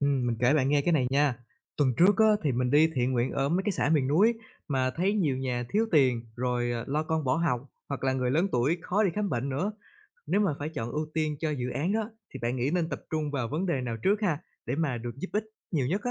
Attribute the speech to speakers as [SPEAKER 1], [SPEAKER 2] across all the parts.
[SPEAKER 1] Mình kể bạn nghe cái này nha. Tuần trước á, thì mình đi thiện nguyện ở mấy cái xã miền núi mà thấy nhiều nhà thiếu tiền rồi lo con bỏ học hoặc là người lớn tuổi khó đi khám bệnh nữa. Nếu mà phải chọn ưu tiên cho dự án đó thì bạn nghĩ nên tập trung vào vấn đề nào trước ha để mà được giúp ích nhiều nhất á?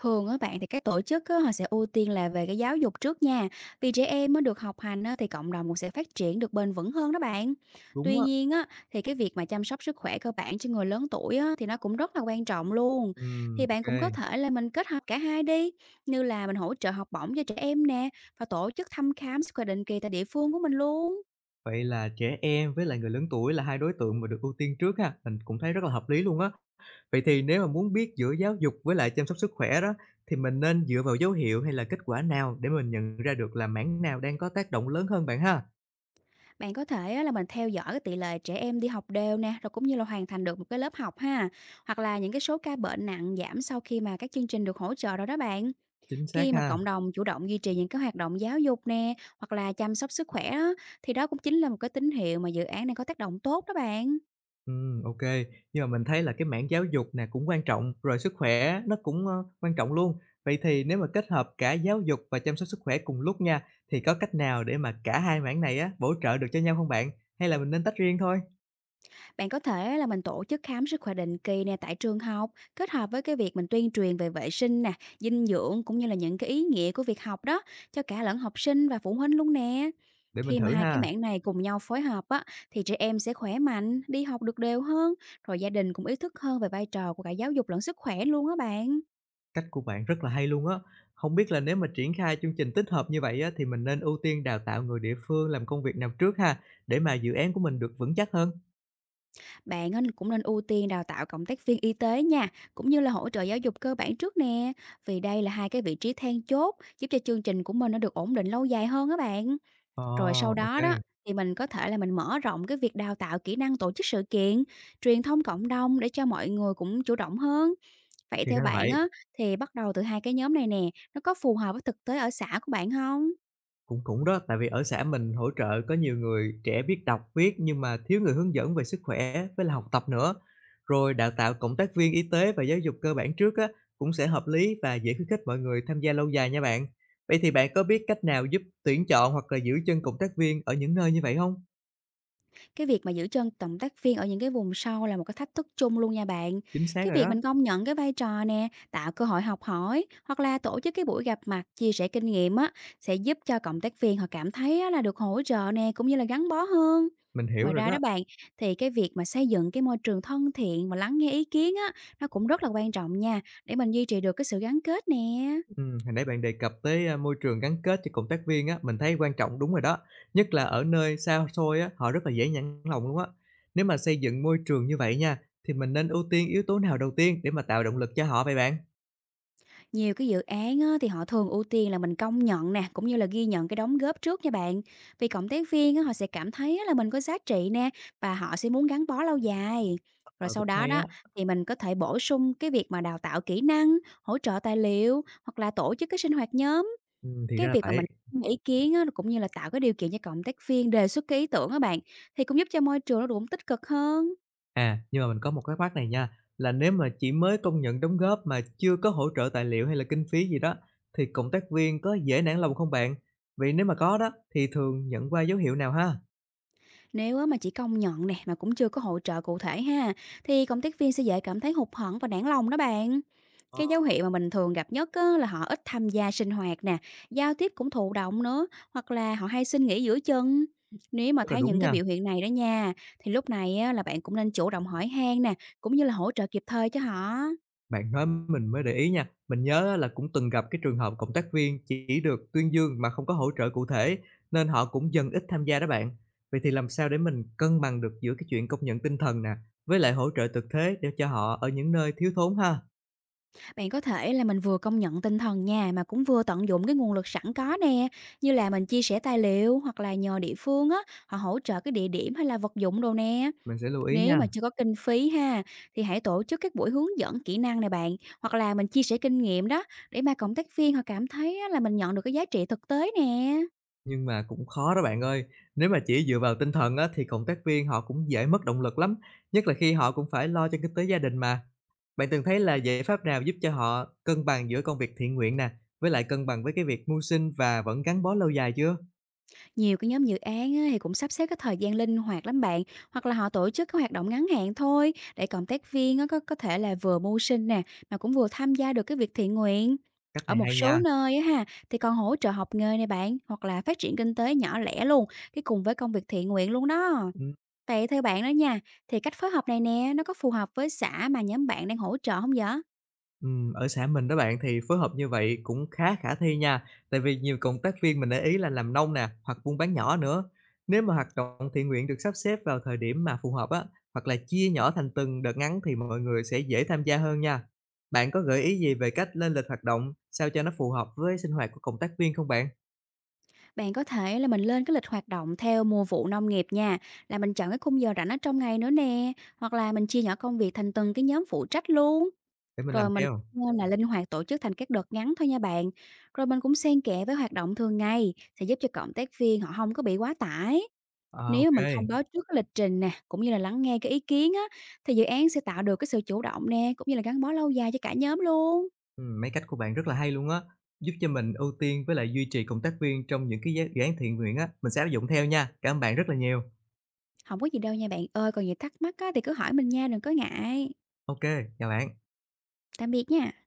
[SPEAKER 2] Thường á bạn thì các tổ chức á, họ sẽ ưu tiên là về cái giáo dục trước nha. Vì trẻ em mới được học hành á, thì cộng đồng cũng sẽ phát triển được bền vững hơn đó bạn.
[SPEAKER 1] Đúng
[SPEAKER 2] Tuy
[SPEAKER 1] á.
[SPEAKER 2] nhiên á, thì cái việc mà chăm sóc sức khỏe cơ bản cho người lớn tuổi á, thì nó cũng rất là quan trọng luôn. Thì bạn
[SPEAKER 1] Ok.
[SPEAKER 2] cũng có thể là mình kết hợp cả hai đi, như là mình hỗ trợ học bổng cho trẻ em nè và tổ chức thăm khám sức khỏe định kỳ tại địa phương của mình luôn.
[SPEAKER 1] Vậy là trẻ em với lại người lớn tuổi là hai đối tượng mà được ưu tiên trước ha, mình cũng thấy rất là hợp lý luôn á. Vậy thì nếu mà muốn biết giữa giáo dục với lại chăm sóc sức khỏe đó, thì mình nên dựa vào dấu hiệu hay là kết quả nào để mình nhận ra được là mảng nào đang có tác động lớn hơn bạn ha?
[SPEAKER 2] Bạn có thể á là mình theo dõi cái tỷ lệ trẻ em đi học đều nè, rồi cũng như là hoàn thành được một cái lớp học ha, hoặc là những cái số ca bệnh nặng giảm sau khi mà các chương trình được hỗ trợ rồi đó bạn.
[SPEAKER 1] Chính xác
[SPEAKER 2] Khi mà
[SPEAKER 1] ha.
[SPEAKER 2] cộng đồng chủ động duy trì những cái hoạt động giáo dục nè, hoặc là chăm sóc sức khỏe đó, thì đó cũng chính là một cái tín hiệu mà dự án này có tác động tốt đó bạn.
[SPEAKER 1] Ok. Nhưng mà mình thấy là cái mảng giáo dục nè cũng quan trọng, rồi sức khỏe nó cũng quan trọng luôn. Vậy thì nếu mà kết hợp cả giáo dục và chăm sóc sức khỏe cùng lúc nha, thì có cách nào để mà cả hai mảng này á bổ trợ được cho nhau không bạn? Hay là mình nên tách riêng thôi?
[SPEAKER 2] Bạn có thể là mình tổ chức khám sức khỏe định kỳ nè tại trường học, kết hợp với cái việc mình tuyên truyền về vệ sinh nè, dinh dưỡng cũng như là những cái ý nghĩa của việc học đó cho cả lẫn học sinh và phụ huynh luôn nè.
[SPEAKER 1] Để mình
[SPEAKER 2] Khi mà
[SPEAKER 1] thử
[SPEAKER 2] hai cái
[SPEAKER 1] ha.
[SPEAKER 2] mảng này cùng nhau phối hợp á, thì trẻ em sẽ khỏe mạnh, đi học được đều hơn, rồi gia đình cũng ý thức hơn về vai trò của cả giáo dục lẫn sức khỏe luôn á bạn.
[SPEAKER 1] Cách của bạn rất là hay luôn á. Không biết là nếu mà triển khai chương trình tích hợp như vậy á, thì mình nên ưu tiên đào tạo người địa phương làm công việc nào trước ha, để mà dự án của mình được vững chắc hơn?
[SPEAKER 2] Bạn á, cũng nên ưu tiên đào tạo cộng tác viên y tế nha, cũng như là hỗ trợ giáo dục cơ bản trước nè, vì đây là hai cái vị trí then chốt giúp cho chương trình của mình nó được ổn định lâu dài hơn á bạn.
[SPEAKER 1] Ờ,
[SPEAKER 2] Rồi sau
[SPEAKER 1] ok
[SPEAKER 2] đó đó thì mình có thể là mình mở rộng cái việc đào tạo kỹ năng tổ chức sự kiện, truyền thông cộng đồng để cho mọi người cũng chủ động hơn. Vậy
[SPEAKER 1] thì
[SPEAKER 2] theo
[SPEAKER 1] ra là
[SPEAKER 2] bạn
[SPEAKER 1] vậy.
[SPEAKER 2] á, thì bắt đầu từ hai cái nhóm này nè, nó có phù hợp với thực tế ở xã của bạn không?
[SPEAKER 1] Cũng cũng đó, tại vì ở xã mình hỗ trợ có nhiều người trẻ biết đọc, viết nhưng mà thiếu người hướng dẫn về sức khỏe với là học tập nữa. Rồi đào tạo cộng tác viên y tế và giáo dục cơ bản trước á, cũng sẽ hợp lý và dễ khuyến khích mọi người tham gia lâu dài nha bạn. Vậy thì bạn có biết cách nào giúp tuyển chọn hoặc là giữ chân cộng tác viên ở những nơi như vậy không?
[SPEAKER 2] Cái việc mà giữ chân cộng tác viên ở những cái vùng sâu là một cái thách thức chung luôn nha bạn.
[SPEAKER 1] Chính xác
[SPEAKER 2] Cái
[SPEAKER 1] rồi
[SPEAKER 2] việc
[SPEAKER 1] đó,
[SPEAKER 2] mình công nhận cái vai trò nè, tạo cơ hội học hỏi hoặc là tổ chức cái buổi gặp mặt chia sẻ kinh nghiệm á, sẽ giúp cho cộng tác viên họ cảm thấy á, là được hỗ trợ nè cũng như là gắn bó hơn.
[SPEAKER 1] mình hiểu
[SPEAKER 2] Ngoài
[SPEAKER 1] rồi
[SPEAKER 2] ra
[SPEAKER 1] đó.
[SPEAKER 2] đó bạn, thì cái việc mà xây dựng cái môi trường thân thiện và lắng nghe ý kiến á, nó cũng rất là quan trọng nha, để mình duy trì được cái sự gắn kết nè.
[SPEAKER 1] Hồi nãy bạn đề cập tới, môi trường gắn kết cho cộng tác viên á, mình thấy quan trọng đúng rồi đó, nhất là ở nơi xa xôi á, họ rất là dễ nản lòng luôn á. Nếu mà xây dựng môi trường như vậy nha, thì mình nên ưu tiên yếu tố nào đầu tiên để mà tạo động lực cho họ vậy bạn?
[SPEAKER 2] Nhiều cái dự án á, thì họ thường ưu tiên là mình công nhận nè, cũng như là ghi nhận cái đóng góp trước nha bạn. Vì cộng tác viên á, họ sẽ cảm thấy á, là mình có giá trị nè và họ sẽ muốn gắn bó lâu dài. Rồi
[SPEAKER 1] Ờ,
[SPEAKER 2] sau
[SPEAKER 1] cũng
[SPEAKER 2] đó
[SPEAKER 1] hay á,
[SPEAKER 2] đó thì mình có thể bổ sung cái việc mà đào tạo kỹ năng, hỗ trợ tài liệu hoặc là tổ chức cái sinh hoạt nhóm.
[SPEAKER 1] thì ra
[SPEAKER 2] Cái
[SPEAKER 1] là
[SPEAKER 2] việc mà
[SPEAKER 1] vậy.
[SPEAKER 2] mình ý kiến á, cũng như là tạo cái điều kiện cho cộng tác viên đề xuất cái ý tưởng các bạn, thì cũng giúp cho môi trường nó cũng tích cực hơn.
[SPEAKER 1] À, nhưng mà mình có một cái thắc mắc này nha, là nếu mà chỉ mới công nhận đóng góp mà chưa có hỗ trợ tài liệu hay là kinh phí gì đó, thì cộng tác viên có dễ nản lòng không bạn? Vậy nếu mà có đó, thì thường nhận qua dấu hiệu nào ha?
[SPEAKER 2] Nếu á mà chỉ công nhận nè mà cũng chưa có hỗ trợ cụ thể ha, thì cộng tác viên sẽ dễ cảm thấy hụt hẫng và nản lòng đó bạn.
[SPEAKER 1] Ờ,
[SPEAKER 2] Cái dấu hiệu mà mình thường gặp nhất á, là họ ít tham gia sinh hoạt nè, giao tiếp cũng thụ động nữa, hoặc là họ hay xin nghỉ giữa chừng. Nếu mà
[SPEAKER 1] rất là
[SPEAKER 2] thấy
[SPEAKER 1] đúng
[SPEAKER 2] những cái
[SPEAKER 1] nha.
[SPEAKER 2] biểu hiện này đó nha, thì lúc này á, là bạn cũng nên chủ động hỏi han nè, cũng như là hỗ trợ kịp thời cho họ.
[SPEAKER 1] Bạn nói mình mới để ý nha, mình nhớ á là cũng từng gặp cái trường hợp cộng tác viên chỉ được tuyên dương mà không có hỗ trợ cụ thể, nên họ cũng dần ít tham gia đó bạn. Vậy thì làm sao để mình cân bằng được giữa cái chuyện công nhận tinh thần nè, với lại hỗ trợ thực tế để cho họ ở những nơi thiếu thốn ha?
[SPEAKER 2] Bạn có thể là mình vừa công nhận tinh thần nha mà cũng vừa tận dụng cái nguồn lực sẵn có nè, như là mình chia sẻ tài liệu hoặc là nhờ địa phương á, họ hỗ trợ cái địa điểm hay là vật dụng đồ nè.
[SPEAKER 1] Mình sẽ lưu ý
[SPEAKER 2] Nếu
[SPEAKER 1] nha.
[SPEAKER 2] mà chưa có kinh phí ha, thì hãy tổ chức các buổi hướng dẫn kỹ năng này bạn, hoặc là mình chia sẻ kinh nghiệm đó để mà cộng tác viên họ cảm thấy á, là mình nhận được cái giá trị thực tế nè.
[SPEAKER 1] Nhưng mà cũng khó đó bạn ơi, nếu mà chỉ dựa vào tinh thần á, thì cộng tác viên họ cũng dễ mất động lực lắm, nhất là khi họ cũng phải lo cho kinh tế gia đình mà. Bạn từng thấy là giải pháp nào giúp cho họ cân bằng giữa công việc thiện nguyện nè, với lại cân bằng với cái việc mưu sinh và vẫn gắn bó lâu dài chưa?
[SPEAKER 2] Nhiều cái nhóm dự án á, thì cũng sắp xếp cái thời gian linh hoạt lắm bạn, hoặc là họ tổ chức cái hoạt động ngắn hạn thôi để cộng tác viên á, có thể là vừa mưu sinh nè mà cũng vừa tham gia được cái việc thiện nguyện.
[SPEAKER 1] Cách
[SPEAKER 2] Ở
[SPEAKER 1] này
[SPEAKER 2] một
[SPEAKER 1] hay
[SPEAKER 2] số
[SPEAKER 1] nha.
[SPEAKER 2] nơi á ha, thì còn hỗ trợ học nghề này bạn, hoặc là phát triển kinh tế nhỏ lẻ luôn, cái cùng với công việc thiện nguyện luôn đó.
[SPEAKER 1] Ừ.
[SPEAKER 2] Vậy theo bạn đó nha, thì cách phối hợp này nè nó có phù hợp với xã mà nhóm bạn đang hỗ trợ không vậy?
[SPEAKER 1] Ở xã mình đó bạn thì phối hợp như vậy cũng khá khả thi nha, tại vì nhiều cộng tác viên mình để ý là làm nông nè, hoặc buôn bán nhỏ nữa. Nếu mà hoạt động thiện nguyện được sắp xếp vào thời điểm mà phù hợp á, hoặc là chia nhỏ thành từng đợt ngắn thì mọi người sẽ dễ tham gia hơn nha. Bạn có gợi ý gì về cách lên lịch hoạt động sao cho nó phù hợp với sinh hoạt của cộng tác viên không bạn?
[SPEAKER 2] Bạn có thể là mình lên cái lịch hoạt động theo mùa vụ nông nghiệp nha, là mình chọn cái khung giờ rảnh ở trong ngày nữa nè, hoặc là mình chia nhỏ công việc thành từng cái nhóm phụ trách luôn.
[SPEAKER 1] Để mình
[SPEAKER 2] Rồi
[SPEAKER 1] làm
[SPEAKER 2] mình
[SPEAKER 1] theo.
[SPEAKER 2] cũng nên là linh hoạt tổ chức thành các đợt ngắn thôi nha bạn. Rồi mình cũng xen kẽ với hoạt động thường ngày sẽ giúp cho cộng tác viên họ không có bị quá tải.
[SPEAKER 1] Ờ,
[SPEAKER 2] Nếu mà mình, Ừ,
[SPEAKER 1] ok.
[SPEAKER 2] thông báo trước cái lịch trình nè, cũng như là lắng nghe cái ý kiến á, thì dự án sẽ tạo được cái sự chủ động nè, cũng như là gắn bó lâu dài cho cả nhóm luôn.
[SPEAKER 1] Mấy cách của bạn rất là hay luôn á, giúp cho mình ưu tiên với lại duy trì cộng tác viên trong những cái dự án thiện nguyện á, mình sẽ áp dụng theo nha. Cảm ơn bạn rất là nhiều.
[SPEAKER 2] Không có gì đâu nha bạn ơi, còn gì thắc mắc á, thì cứ hỏi mình nha, đừng có ngại.
[SPEAKER 1] OK, chào bạn.
[SPEAKER 2] Tạm biệt nha.